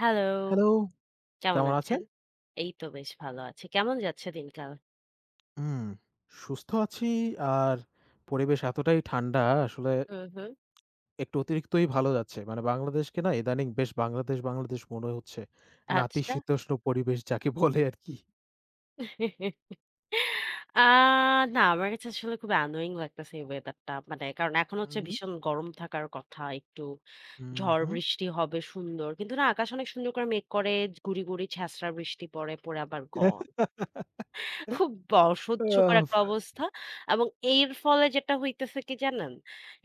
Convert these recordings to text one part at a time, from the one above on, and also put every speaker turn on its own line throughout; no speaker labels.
Hello,
hello,
কেমন
কেমন আছেন?
আছেন? এই তো বেশ ভালো আছি। কেমন যাচ্ছে দিনকাল?
হুম, সুস্থ আছি আর পরিবেশ এতটাই ঠান্ডা আসলে
হুম, হুম।
একটু অতিরিক্তই ভালো যাচ্ছে। মানে বাংলাদেশকে না ইদানিং বেশ বাংলাদেশ, বাংলাদেশ মনে হচ্ছে।
আচ্ছা।
নাতিশীতোষ্ণ পরিবেশ যাকে বলে আরকি।
আ না, আমার কাছে আসলে খুবই annoying লাগতেছে এই ওয়েদারটা। মানে কারণ এখন হচ্ছে
হুম,
ভীষণ গরম থাকার কথা। একটু
হুম,
ঝড়
হুম।
বৃষ্টি হবে সুন্দর। কিন্তু না, আকাশ অনেক সুন্দর করে মেঘ করে, গুড়ি, গুড়ি ছ্যাঁচড়া বৃষ্টি পড়ে, আবার খুব অসহ্যকর
আফ
একটা অবস্থা। এবং এর ফলে যেটা হইতেছে কি জানেন?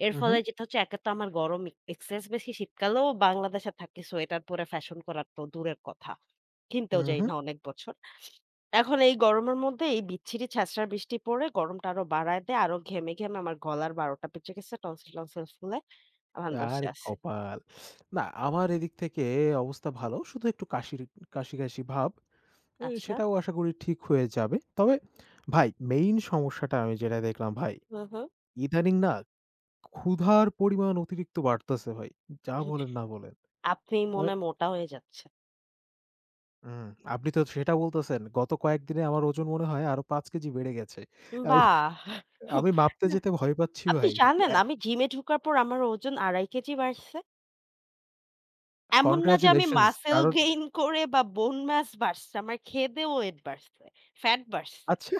এর
উহু,
ফলে যেটা হচ্ছে একে তো আমার গরম এক্সেস বেশি, শীতকালেও বাংলাদেশে থাকি সোয়েটার পরে ফ্যাশন করা তো দূরের কথা। কিনতেও যাই
উহু।
না অনেক বছর। এখন এই গরমের মধ্যে এই বিচ্ছিরি ছ্যাঁচড়া বৃষ্টি পড়ে গরমটা আরো বাড়ায় দেয়। আরো ঘেমে, ঘেমে আমার গলার ১২ টা বেজে গেছে। টনসিল-টনসিল ফুলে এখন বসে
আরে
আছি।
কপাল! না আমার এদিক থেকে অবস্থা ভালো। শুধু একটু কাশি, কাশি ভাব।
আচ্ছা।
সেটাও আশা করি ঠিক হয়ে যাবে। তবে ভাই মেইন সমস্যাটা আমি যেটা দেখলাম ভাই
হু, হু।
ইদানিং না ক্ষুধার পরিমাণ অতিরিক্ত বাড়তেছে ভাই। যা বলেন না বলেন।
আপনি
অ্যা
মনে হয় মোটা হয়ে যাচ্ছেন।
হুম, আপনি তো সেটা বলতেছেন। গত কয়েকদিনে আমার ওজন মনে হয় আরো ৫ কেজি বেড়ে গেছে। আই
বাহ!
আমি মাপতে যেতে ভয় পাচ্ছি
আপনি
ভাই।
জানেন
অ্যা
আমি জিমে ঢুকার পর আমার ওজন ২.৫ কেজি বাড়ছে। এমন না যে আমি
কনগ্রাচুলেশনস
মাসল
কারণ
গেইন করে বা বোন মাস বাড়ছে। আমার খেয়ে-দেয়ে ওয়েট বাড়ছে, ফ্যাট বাড়ছে।
আচ্ছা।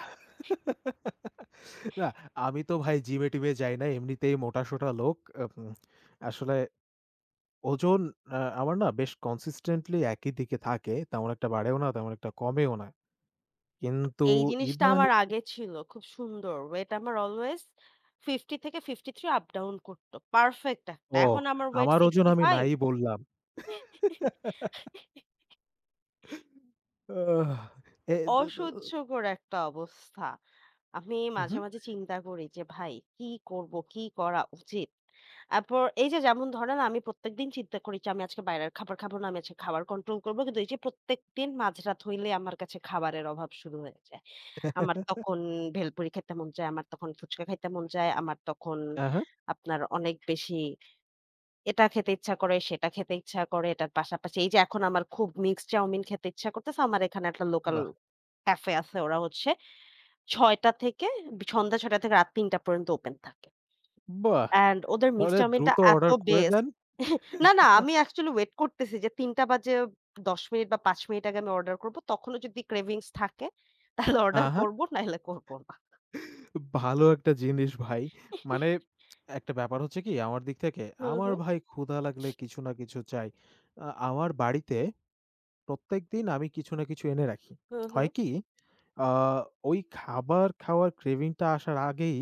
না, আমি তো ভাই জিমে-টিমে যাই না। এমনিতেই মোটা-সোটা লোক। আপ আসলে ওজন আমার না বেশ কনসিস্টেন্টলি একই দিকে থাকে। তেমন একটা বাড়েও না, তেমন একটা কমেও না। কিন্তু
এই জিনিসটা আমার
ইদানিং
আগে ছিল। খুব সুন্দর। ওয়েট আমার অলওয়েজ ৫০ থেকে ৫৩ আপ ডাউন করত। পারফেক্ট একটা।
ওহ!
এখন আমার ওয়েট
আমার ওজন
৬৫।
আমি নাই বললাম। আহ এ দে দে
অসহ্যকর একটা অবস্থা। আমি
উহু।
মাঝে, মাঝে চিন্তা করি যে ভাই কি করব? কি করা উচিত? তারপর এই যে যেমন ধরেন আমি প্রত্যেকদিন চিন্তা করি যে আমি আজকে বাইরের খাবার খাবো না, আমি আজকে খাবার কন্ট্রোল করবো। কিন্তু এই যে প্রত্যেকদিন মাঝরাত হইলে আমার কাছে খাবারের অভাব শুরু হয়ে যায়।
আ হা,
আমার তখন ভেলপুরি খেতে মন চায়, আমার তখন ফুচকা খাইতে মন চায়, আমার তখন আপনার অনেক বেশি এটা খেতে ইচ্ছা করে, সেটা খেতে ইচ্ছা করে। এটার পাশাপাশি এই যে এখন আমার খুব মিক্সড চাউমিন খেতে ইচ্ছা করতেছে। আমার এখানে একটা লোকাল
বাহ!
ক্যাফে আছে। ওরা হচ্ছে ৬টা থেকে বি সন্ধ্যা ৬টা থেকে রাত ৩টা পর্যন্ত ওপেন থাকে।
বাহ!
অ্যান্ড ওদের মিক্সড
তাহলে
চাউমিনটা
দ্রুত
এত
অর্ডার করে
বেস্ট।
দেন।
না, না, আমি অ্যাকচুয়ালি ওয়েট করতেছি যে ৩টা বাজে ১০ মিনিট বা ৫ মিনিট আগে আমি অর্ডার করব। তখনও যদি ক্রেভিংস থাকে তাহলে
আ
অর্ডার
হা,
করব, নাহলে করব না।
ভালো একটা জিনিস ভাই। মানে একটা ব্যাপার হচ্ছে কি আমার দিক থেকে,
হুম,
আমার
হুম,
ভাই ক্ষুধা লাগলে কিছু না কিছু চাই। আমার বাড়িতে প্রত্যেকদিন আমি কিছু না কিছু এনে রাখি।
হুম, হুম,
হয় কি আ ওই খাবার খাওয়ার ক্রেভিং টা আসার আগেই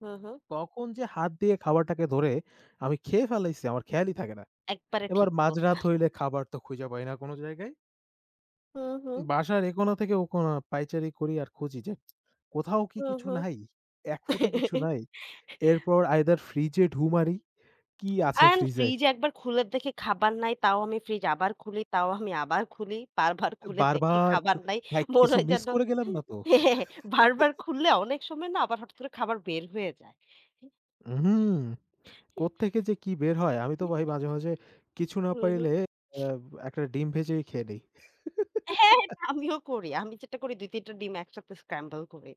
হুম, হুম।
তখন যে হাত দিয়ে খাবারটাকে ধরে আমি খেয়ে ফেলাইছি আমার খেয়ালই থাকে না।
একবারে
এবার
ঠিক
মাঝরাত
বলছেন।
হইলে খাবার তো খুঁজে পাই না কোনো জায়গায়।
হুম, হুম,
বাসার এ কোণা থেকে ও কোণা পায়চারি করি আর খুঁজি যে কোথাও কি
হুম,
কিছু
হুম।
নাই? এক ফোঁটা কিছু নাই। এরপর আইদার ফ্রিজে ঢু মারি, কি আছে
অ্যান্ড
ফ্রিজে?
ফ্রিজ একবার খুলে দেখি খাবার নাই, তাও আমি ফ্রিজ আবার খুলি, তাও আমি আবার খুলি। বারবার খুলে দেখি
বারবার খু
খাবার নাই।
ভাই
মনে
কিছু
হয়
মিস
যেন
করে গেলাম না তো?
হ্যাঁ, বারবার খুললে অনেক সময় না আবার হঠাৎ করে খাবার বের হয়ে যায়।
উহুম। কোত্থেকে যে কি বের হয় আমি তো ভাই মাঝে, মাঝে কিছু না
হুম, হুম।
পাইলে অ্যা একটা ডিম ভেজেই খেয়ে নেই।
হ্যাঁ, এটা আমিও করি। আমি যেটা করি ২-৩ টা ডিম একসাথে scramble করি।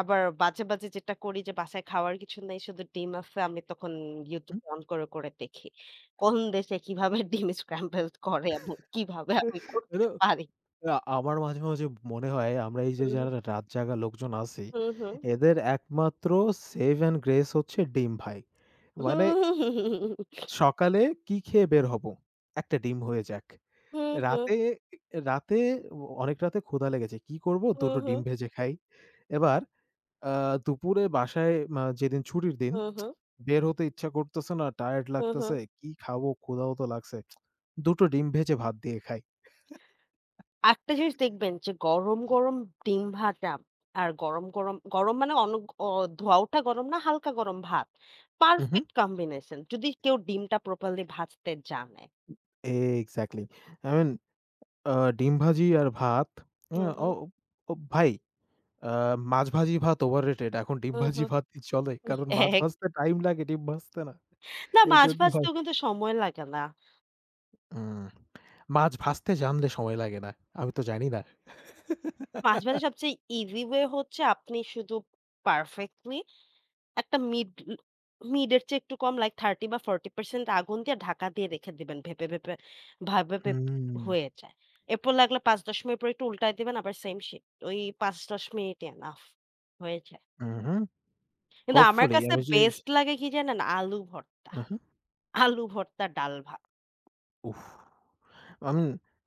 আবার মাঝে, মাঝে যেটা করি যে বাসায় খাওয়ার কিছু নেই, শুধু ডিম আছে। আমি তখন YouTube অন করে দেখি কোন দেশে কিভাবে ডিম scramble করে এবং কিভাবে আমি
মানে
করতে পারি।
আ আমার মাঝে, মাঝে মনে হয় আমরা এই যে
হুম,
যারা রাত জাগা লোকজন আছি,
হুম, হুম।
এদের একমাত্র সেভ অ্যান্ড গ্রেস হচ্ছে ডিম ভাই। মানে
হুম,
সকালে কি খেয়ে বের হব? একটা ডিম হয়ে যাক।
হুম, হুম, হুম,
রাতে রাতে অনেক রাতে ক্ষুধা লেগেছে। কি করব?
হুম,
দুটো
হুম,
ডিম ভেজে খাই। এবার আ দুপুরে বাসায় মা যেদিন ছুটির দিন,
হুম, হুম।
বের হতে ইচ্ছা করতেছে না, টায়ার্ড
হুম।
লাগতেছে। কি খাবো? ক্ষুধাও তো লাগছে। দুটো ডিম ভেজে ভাত দিয়ে খাই।
একটা জিনিস দেখবেন যে গরম, গরম ডিম ভাজা আর গরম, গরম, গরম, মানে অন অ ধোয়া ওঠা গরম না, হালকা গরম ভাত।
উহু,
পারফেক্ট কম্বিনেশন যদি কেউ ডিমটা প্রপারলি ভাজতে জানে।
এক্সাক্টলি। আই মিন আ ডিম ভাজি আর ভাত। আ
হুম,
ও
হুম,
ও ভাই আ মাছ ভাজি ভাত overrated এখন ডিম
হুম,
ভাজি
হুম।
ভাতই চলে। কারণ মাছ
এক
ভাজতে টাইম লাগে, ডিম ভাজতে না।
না, মাছ
এজন্য হয়
ভাজতেও কিন্তু সময় লাগে না।
উম মাছ ভাজতে জানলে সময় লাগে না। আমি তো জানি না।
মাছ ভাজা সবচেয়ে ইজি ওয়ে হচ্ছে আপনি শুধু পারফেক্টলি একটা মিড মিড এর চেয়ে একটু কম, লাইক ৩০ বা ৪০% আগুন দিয়ে ঢাকা দিয়ে রেখে দিবেন, ভেপে, ভেপে ভাপে ভেপ
হুম,
হয়ে যায়। এরপর লাগলে ৫-১০ মিনিট পর একটু উল্টায় দিবেন আবার সেম শিট। ওই ৫-১০ মিনিট এনাফ হয়ে যায়।
উহু।
কিন্তু আমার
হোপফুলি
কাছে
আমি যে
বেস্ট লাগে কি জানেন? আলু ভর্তা।
উহু,
আলু ভর্তা, ডাল ভাত।
উফ! আমি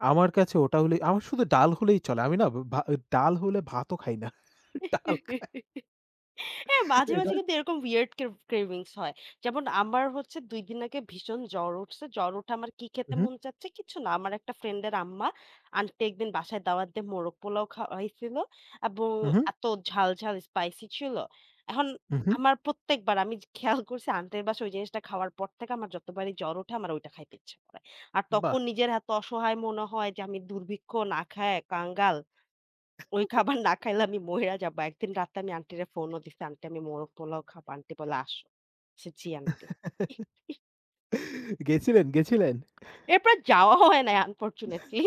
আমার কাছে ওটা হলেই আমার শুধু ডাল হলেই চলে। আমি না ভা ডাল হলে ভাতও খাই না। ডাল খাই
হ্যাঁ, মাঝে,
এটা
মাঝে কিন্তু এরকম weird cravings হয়। যেমন আমার হচ্ছে ২ দিন আগে ভীষণ জ্বর উঠছে। জ্বর উঠে আমার কি খেতে
উহু,
মন চাচ্ছে? কিছু না। আমার একটা ফ্রেন্ডের আম্মা, আন্টি, একদিন বাসায় দাওয়াত দিয়ে মোরগ পোলাও খাওয়াইছিল এবং
উহু,
এত ঝাল, ঝাল স্পাইসি ছিল। এখন
উহু।
আমার প্রত্যেকবার আমি খেয়াল করছি আন্টির বাসায় ওই জিনিসটা খাওয়ার পর থেকে আমার যতবারই জ্বর ওঠে আমার ওইটা খাইতে ইচ্ছে করে। আর
বাহ!
তখন নিজের এত অসহায় মনে হয় যে আমি দুর্ভিক্ষ, না খায় কাঙ্গাল। ওই খাবার না খাইলে আমি মইরা যাবো। একদিন রাতে আমি আন্টিরে ফোনও দিছি। "আন্টি, আমি মোরগ পোলাও খাবো।" আন্টি বলে, "আসো।" বলছি, "জি আন্টি।"
গেছিলেন, গেছিলেন?
এরপর যাওয়া হয় নাই আনফরচুনেটলি।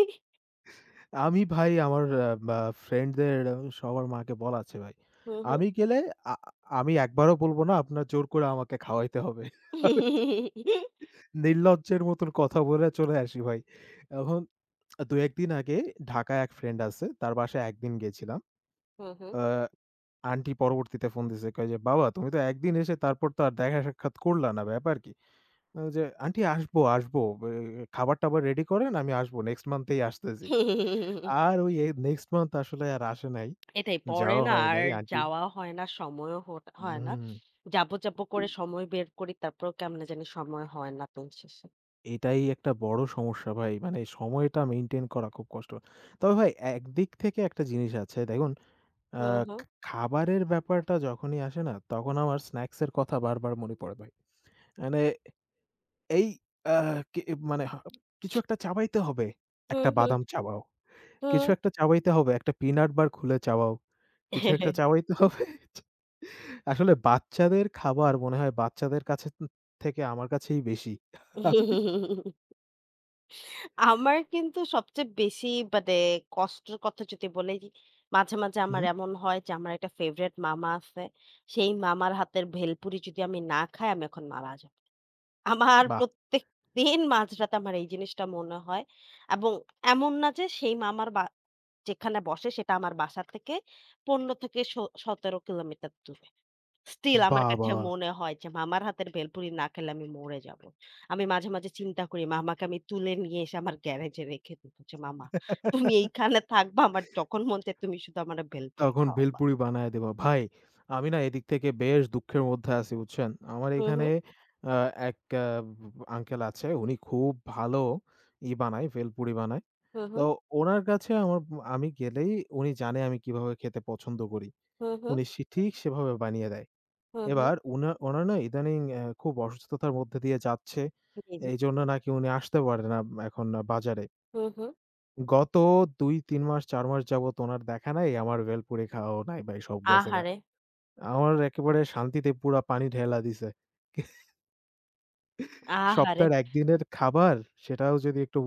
আমি ভাই আমার আ বা ফ্রেন্ডদের সবার মাকে বলা আছে ভাই।
হুম, হুম।
আমি গেলে আ আমি একবারও বলব না আপনার জোর করে আমাকে খাওয়াইতে হবে। নির্লজ্জের মতন কথা বলে চলে আসি ভাই। এখন ২-১ দিন আগে ঢাকায় এক ফ্রেন্ড আছে। তার বাসায় একদিন গেছিলাম।
হুম, হুম।
আ আন্টি পরবর্তীতে ফোন দিছে কয় যে, "বাবা তুমি তো একদিন এসে তারপর তো আর দেখা সাক্ষাৎ করলা না, ব্যাপার কি?" আমি যে, "আন্টি আসবো, আসবো। এ খাবার-টাবার রেডি করেন, আমি আসবো। নেক্সট মান্থেই আসতেছি।" আর ওই নেক্সট মান্থ আসলে আর আসে নাই।
এটাই, পরে
যাওয়া
না
হয়
আর
নাই আন্টি
যাওয়া হয় না, সময়ও হট হয় না।
হুম,
যাবো, যাবো করে সময় বের করি তারপরেও কেমনে জানি সময় হয় না দিন শেষে।
এটাই একটা বড় সমস্যা ভাই। মানে সময়টা মেইনটেইন করা খুব কষ্ট। তবে ভাই একদিক থেকে একটা জিনিস আছে দেখুন আ
হুম, হুম।
খা খাবারের ব্যাপারটা যখনই আসে না তখন আমার স্ন্যাকস এর কথা বারবার মনে পড়ে ভাই। মানে এই আ কি মানে কিছু একটা চাবাইতে হবে,
হুম,
একটা
হুম,
বাদাম চাবাও। কিছু
হুম।
একটা চাবাইতে হবে। একটা peanut bar খুলে চাবাও। কিছু একটা চাবাইতে হবে। আসলে বাচ্চাদের খাবার মনে হয় বাচ্চাদের কাছে থেকে আমার কাছেই বেশি। আমি
আমার কিন্তু সবচেয়ে বেশি, মানে কষ্টের কথা যদি বলি, মাঝে, মাঝে আমার
হুম।
এমন হয় যে আমার একটা ফেভারিট মামা আছে। সেই মামার হাতের ভেলপুরি যদি আমি না খাই, আমি এখন মারা যাব। আমার
বাহ!
প্রত্যেকদিন মাঝরাতে আমার এই জিনিসটা মনে হয়। এবং এমন না যে সেই মামার বা যেখানে বসে সেটা আমার বাসা থেকে ১৫ থেকে ১৭ কিলোমিটার দূরে। স্টিল আমার কাছে
বাবা!
মনে হয় যে মামার হাতের ভেলপুরি না খেলে আমি মরে যাব। আমি মাঝে, মাঝে চিন্তা করি মামাকে আমি তুলে নিয়ে এসে আমার গ্যারেজে রেখে দিব, যে, "মামা, তুমি এইখানে থাকবা, আমার যখন মন চায় তুমি শুধু আমারে ভেলপুরি
তখন
খাওয়াবা।"
ভেলপুরি বানায় দিবা। ভাই, আমি না এদিক থেকে বেশ দুঃখের মধ্যে আছি বুঝছেন? আমার
হুম,
এখানে
হুম,
আ এক আ আঙ্কেল আছে। উনি খুব ভালো বানায়, ভেলপুরি বানায়।
হুম,
তো
হুম,
উনার কাছে আমি গেলেই উনি জানে আমি কিভাবে খেতে পছন্দ করি।
হুম, হুম,
উনি সে ঠিক সেভাবে বানিয়ে দেয়।
হুম, হুম,
এবার ওনার না ইদানিং খুব অসুস্থতার মধ্যে দিয়ে যাচ্ছে।
জি, জি।
এইজন্য নাকি উনি আসতে পারে না এখন বাজারে।
হুম, হুম।
গত ২-৩ মাস ৪ মাস যাবৎ উনার দেখা নাই। আমার ভেলপুরি খাওয়াও নাই ভাই সব গেছেগা।
আহারে!
আমার একেবারে শান্তিতে পুরা পানি ঢেলা দিছে।
আহারে!
সপ্তাহের ১ দিনের খাবার সেটাও যদি একটু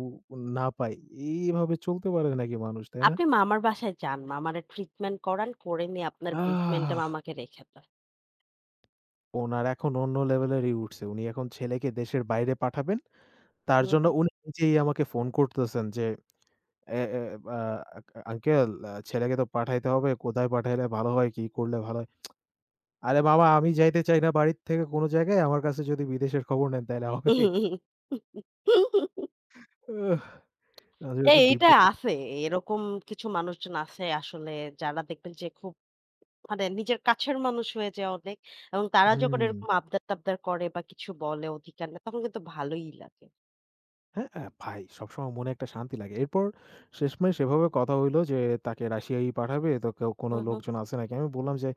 না পাই, এইভাবে চলতে পারে নাকি মানুষ, তাই না?
আপনি মামার বাসায় যান, মামারে ট্রিটমেন্ট করান, করে নিয়ে আপনার বেসমেন্টে
আহ!
মামাকে রেখে দেন।
উনার এখন অন্য লেভেলেরই উঠছে। উনি এখন ছেলেকে দেশের বাইরে পাঠাবেন। তার
হুম,
জন্য
হুম।
উনি নিজেই আমাকে ফোন করতেছেন যে, "এ এ আ আঙ্কেল ছেলেকে তো পাঠাইতে হবে। কোথায় পাঠাইলে ভালো হয়? কি করলে ভালো হয়?" আরে মামা আমি যাইতে চাই না বাড়ির থেকে কোন জায়গায়। আমার কাছে যদি বিদেশের খবর নেন তাইলে হবে। উহ! মাঝে, মাঝে
এইটা
বিপদ
আছে। এরকম কিছু মানুষজন আছে আসলে, যারা দেখবেন যে খুব, মানে নিজের কাছের মানুষ হয়ে যায় অনেক। এবং তারা যখন
হুম।
এরকম আবদার-টাবদার করে বা কিছু বলে অধিকার নেই, তখন কিন্তু ভালোই লাগে।
হ্যাঁ, ভাই সবসময় মনে একটা শান্তি লাগে। এরপর শেষমেশ এভাবে কথা হইল যে, "তাকে রাশিয়াই পাঠাবে। তো কেউ কোন
হু, হু,
লোকজন আছে নাকি?" আমি বললাম যে,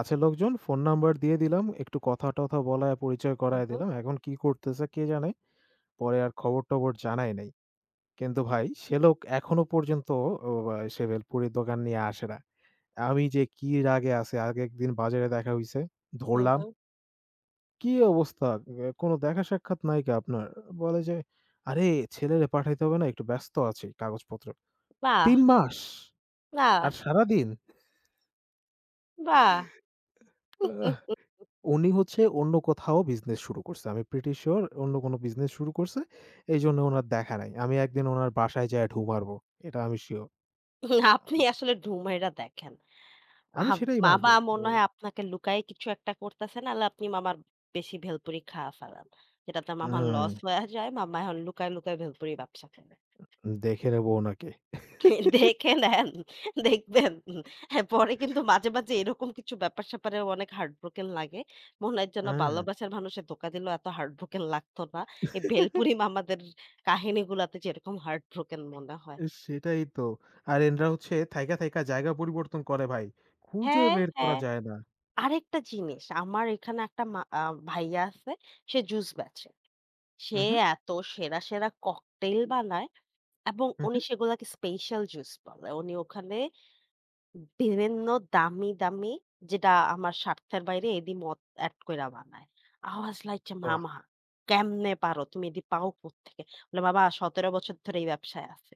"আছে লোকজন।" ফোন নাম্বার দিয়ে দিলাম। একটু কথা-টথা বলায় পরিচয়
হু,
করায়
হু,
দিলাম। এখন কি করতেছে কে জানে? পরে আর খবর-টবর জানাই নাই। কিন্তু ভাই সে লোক এখনো পর্যন্ত ও আ সে ভেলপুরির দোকান নিয়ে আসে না। আমি যে কি রাগে আছি, আগের দিন বাজারে দেখা হইছে,
হু,
ধরলাম,
হু।
"কি অবস্থা? কোনো দেখা সাক্ষাৎ নাই কে আপনার?" বলে যে, "আরে ছেলেরে পাঠাইতে হবে না, একটু ব্যস্ত আছি কাগজপত্র।"
বাহ!
৩ মাস! আর
বাহ!
সারাদিন।
বাহ! হুম,
আহ!
হুম,
উনি হচ্ছে অন্য কোথাও বিজনেস শুরু করছে। আমি প্রিটি সিউর অন্য কোনো বিজনেস শুরু করছে। এইজন্য উনার দেখা নাই। আমি একদিন উনার বাসায় যায়া ঢুঁ মারব। এটা আমি সিউর।
হুম, আপনি আসলে ঢু মাইরা দেখেন।
আমি
আহা,
সেটাই মারব।
মামা
ও
মনে হয় আপনাকে লুকায়ে কিছু একটা করতেছে, নাহলে আপনি মামার বেশি ভেলপুরি খায়া ফেলান, যেটাতে মামার
হুম,
লস হয়ে যায়। মামা এখন লুকায়, লুকায় ভেলপুরি ব্যবসা করে।
দেখে নেব ওনাকে।
দেখে নেন, দেখবেন। হ্যাঁ, পরে কিন্তু মাঝে, মাঝে এরকম কিছু ব্যাপার-স্যাপারেও অনেক heartbroken লাগে। মনে হয় যেন
হ্যাঁ,
ভালোবাসার মানুষে ধোকা দিলেও এত heartbroken লাগতো না। এই ভেলপুরি মামাদের কাহিনীগুলাতে যেরকম heartbroken মনে হয়।
সেটাই তো। আর এনরা হচ্ছে থাইকা, থাইকা জায়গা পরিবর্তন করে ভাই। খুঁজে
হ্যাঁ,
বের করা
হ্যাঁ।
যায় না।
আরেকটা জিনিস, আমার এখানে একটা মা আ ভাইয়া আছে, সে জুস বেচে। সে
উহু,
এত সেরা, সেরা ককটেইল বানায় এবং
উহু।
উনি সেগুলাকে স্পেশাল জুস বলে। উনি ওখানে বিভিন্ন দামি, দামি, যেটা আমার স্বার্থের বাইরে, এদি মদ এড কইরা বানায়। I was like যে,
বাহ!
মামা কেমনে পারো? তুমি এদি পাও কোত্থেকে? বলে, বাবা ১৭ বছর ধরে এই ব্যবসায় আছি।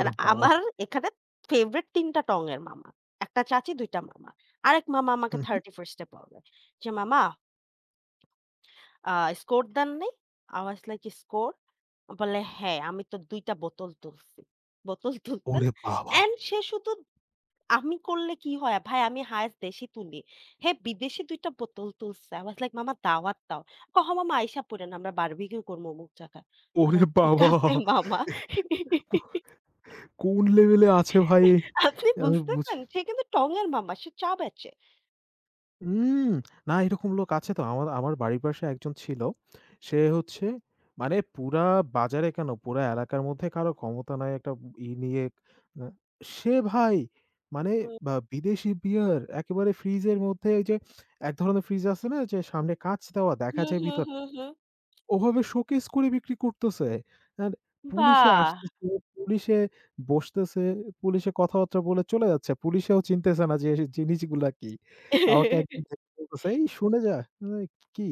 আর
বাবা!
আমার এখানে ফেভারিট ৩ টা টং এর মামা। ১ টা চাচী, ২ টা মামা। আরেক মামা আমাকে
হু, হু।
31st এ বলে যে, "মামা, আ স্কোর দেন নাই?" I was like, "score?" বলে, "হ্যাঁ, আমি তো ২ টা বোতল তুলছি।" বোতল তুলতেন।
ওরে বাবা!
অ্যান্ড সে শুধু, আমি করলে কি হয়? ভাই, আমি হায়েস্ট দেশি তুলি। হ্যাঁ, বিদেশি ২ টা বোতল তুলছে। আই ওয়াজ লাইক, "মামা দাওয়াত দাও।" কহ, "মামা আইসা পইরেন, আমরা বারবিকিউ করবো অমুক জায়গায়।"
ওরে
আচ্ছা, ঠিক
বাবা!
আছে মামা।
কো কোন লেভেলে আছে ভাই?
আপনি
আমি বুঝি
বুঝতেছেন? সে কিন্তু টঙের মামা, সে চা বেচে।
উম না এরকম লোক আছে তো। আমার আমার বাড়ির পাশে একজন ছিল। সে হচ্ছে মানে পুরা বাজারে কেন পুরা এলাকার মধ্যে কারো ক্ষমতা নাই একটা নিয়ে আ সে ভাই মানে
হুম,
বিদেশি বিয়ার একেবারে ফ্রিজের মধ্যে ওই যে এক ধরনের ফ্রিজ আছে না যে সামনে কাঁচ দেওয়া দেখা
হুম,
যায়
হুম,
ভিতরে।
হুম, হুম।
ওভাবে শোকেস করে বিক্রি করতেছে। আর পুলিশে
বাহ!
আসতেছে, পুলিশে বসতেছে, পুলিশে কথাবার্তা বলে চলে যাচ্ছে। পুলিশেও চিনতেছে না যে এ জিনিসগুলা কি। আমাকে একদম দেখে বলতেছে, "এই শুনে যা।" আমি বলি, "কি?"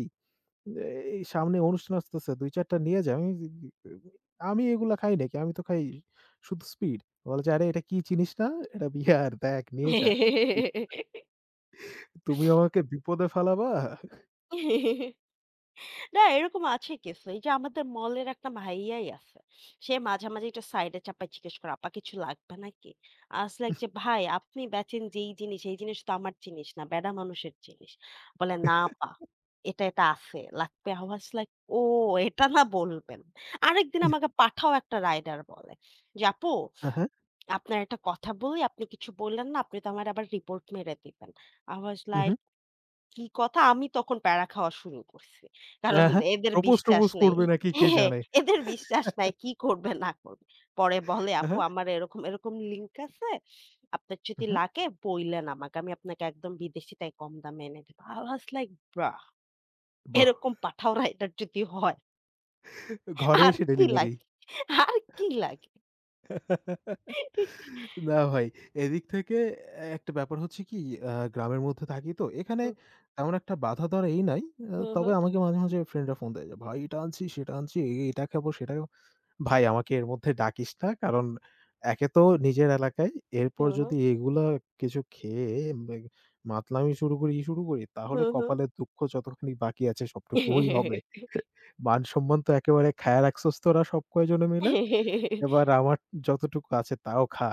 "এই সামনে অনুষ্ঠান আসতেছে। ২-৪ টা নিয়ে যা।" আমি আমি এগুলা খাই নাকি? আমি তো খাই শুধু স্পিড। বলে যে, "আরে এটা কি চিনিস না? এটা বিয়ার। দেখ নিয়ে যা। তুমি আমাকে বিপদে ফেলাবা।"
না, এরকম আছে কেস। এই যে আমাদের মলের একটা ভাইয়াই আছে। সে মাঝে, মাঝে একটু সাইডে চাপায় জিজ্ঞেস করে, "আপা কিছু লাগবে নাকি?" আস লাইক যে, "ভাই, আপনি বেচেন যেই জিনিস, এই জিনিস তো আমার জিনিস না, বেডা মানুষের জিনিস।" বলে, "না আপা, এটা আছে, লাগবে।" আই ওয়াজ লাইক, "ও, এটা না বলবেন।" আরেকদিন আমাকে পাঠাও একটা রাইডার বলে যে, "আপু,
হ্যাঁ,
আপনার একটা কথা বলি, আপনি কিছু বললেন না, আপনি তো আমার আবার রিপোর্ট মেরে দিবেন।" I was
who, who.
Like, কি কথা? আমি তখন প্যারা খাওয়া শুরু করছি। কারণ
হ্যাঁ, হ্যাঁ।
এদের বিশ্বাস
প্রপোজ-টপোজ
নেই।
করবে নাকি কে
হ্যাঁ,
জানে।
এদের বিশ্বাস নাই কি করবে না করবে। পরে বলে, "আপু,
আহ
আমার এরকম, এরকম লিঙ্ক আছে। আপনার যদি
হা,
লাগে বইলেন আমাকে। আমি আপনাকে একদম বিদেশিটাই কম দামে এনে দেব।" I was like, "ব্রাহ!
বাহ!
এরকম পাঠাও রাইডার যদি হয়
ঘরে
আর
এসে
কি
ডেলিভারি।
লাগে? আর কি লাগে?"
না ভাই, এদিক থেকে একটা ব্যাপার হচ্ছে কি গ্রামের মধ্যে থাকি তো। এখানে
হু,
তেমন একটা বাধা ধরা এই নাই।
হু, হু,
তবে আমাকে মাঝে, মাঝে ফ্রেন্ডরা ফোন দেয় যে, "ভাই এটা আনছি, সেটা আনছি, এটা খাবো, সেটা খাবো।" ভাই আমাকে এর মধ্যে ডাকিস না। কারণ একে তো নিজের এলাকায়,
হু,
এরপর
হু,
যদি এগুলা কিছু খেয়ে মে মাতলামি শুরু করি, শুরু করি,
হু,
তাহলে
হু।
কপালে দুঃখ যতখানি বাকি আছে সবটুকুই হবে। মান-সম্মান তো একেবারে খায়া রাখছস তোরা সব কয়জনে মিলে। এবার আমার যতটুকু আছে তাও খা।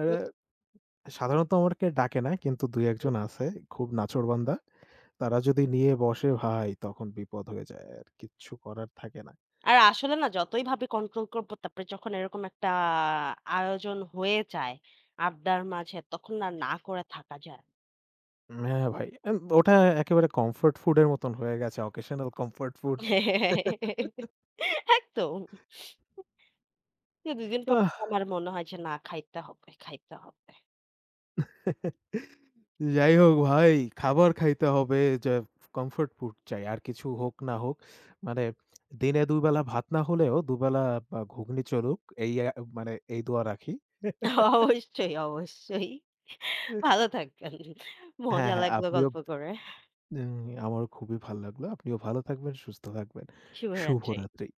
এরা সাধারণত আমাকে ডাকে না, কিন্তু ২-১ জন আছে খুব নাছোড়বান্দা। তারা যদি নিয়ে বসে ভাই তখন বিপদ হয়ে যায় আর কিচ্ছু করার থাকে না।
আর আসলে না, যতই ভাবি কন্ট্রোল করবো, তারপরে যখন এরকম একটা আয়োজন হয়ে যায় আড্ডার মাঝে, তখন আর না করে থাকা যায় না।
হ্যাঁ ভাই। ওটা একেবারে কমফোর্ট ফুড এর মতন হয়ে গেছে। Occasional comfort food.
একদম। তো ২ দিন পর
আহ!
আমার মনে হয় যে, "না, খাইতে হবে, খাইতে হবে।"
যাই হোক ভাই, খাবার খাইতে হবে যে কমফোর্ট ফুড চাই। আর কিছু হোক না হোক। মানে দিনে ২ বেলা ভাত না হলেও ২ বেলা বা ঘুগনি চলুক। এই মানে এই দোয়া রাখি।
অবশ্যই, অবশ্যই। ভালো থাকবেন।
হ্যাঁ,
মজা
হ্যাঁ।
লাগলো
আপনিও
গল্প করে।
উম আমারও খুবই ভাল লাগলো। আপনিও ভালো থাকবেন, সুস্থ থাকবেন।
শুভরাত্রি।
শুভরাত্রি।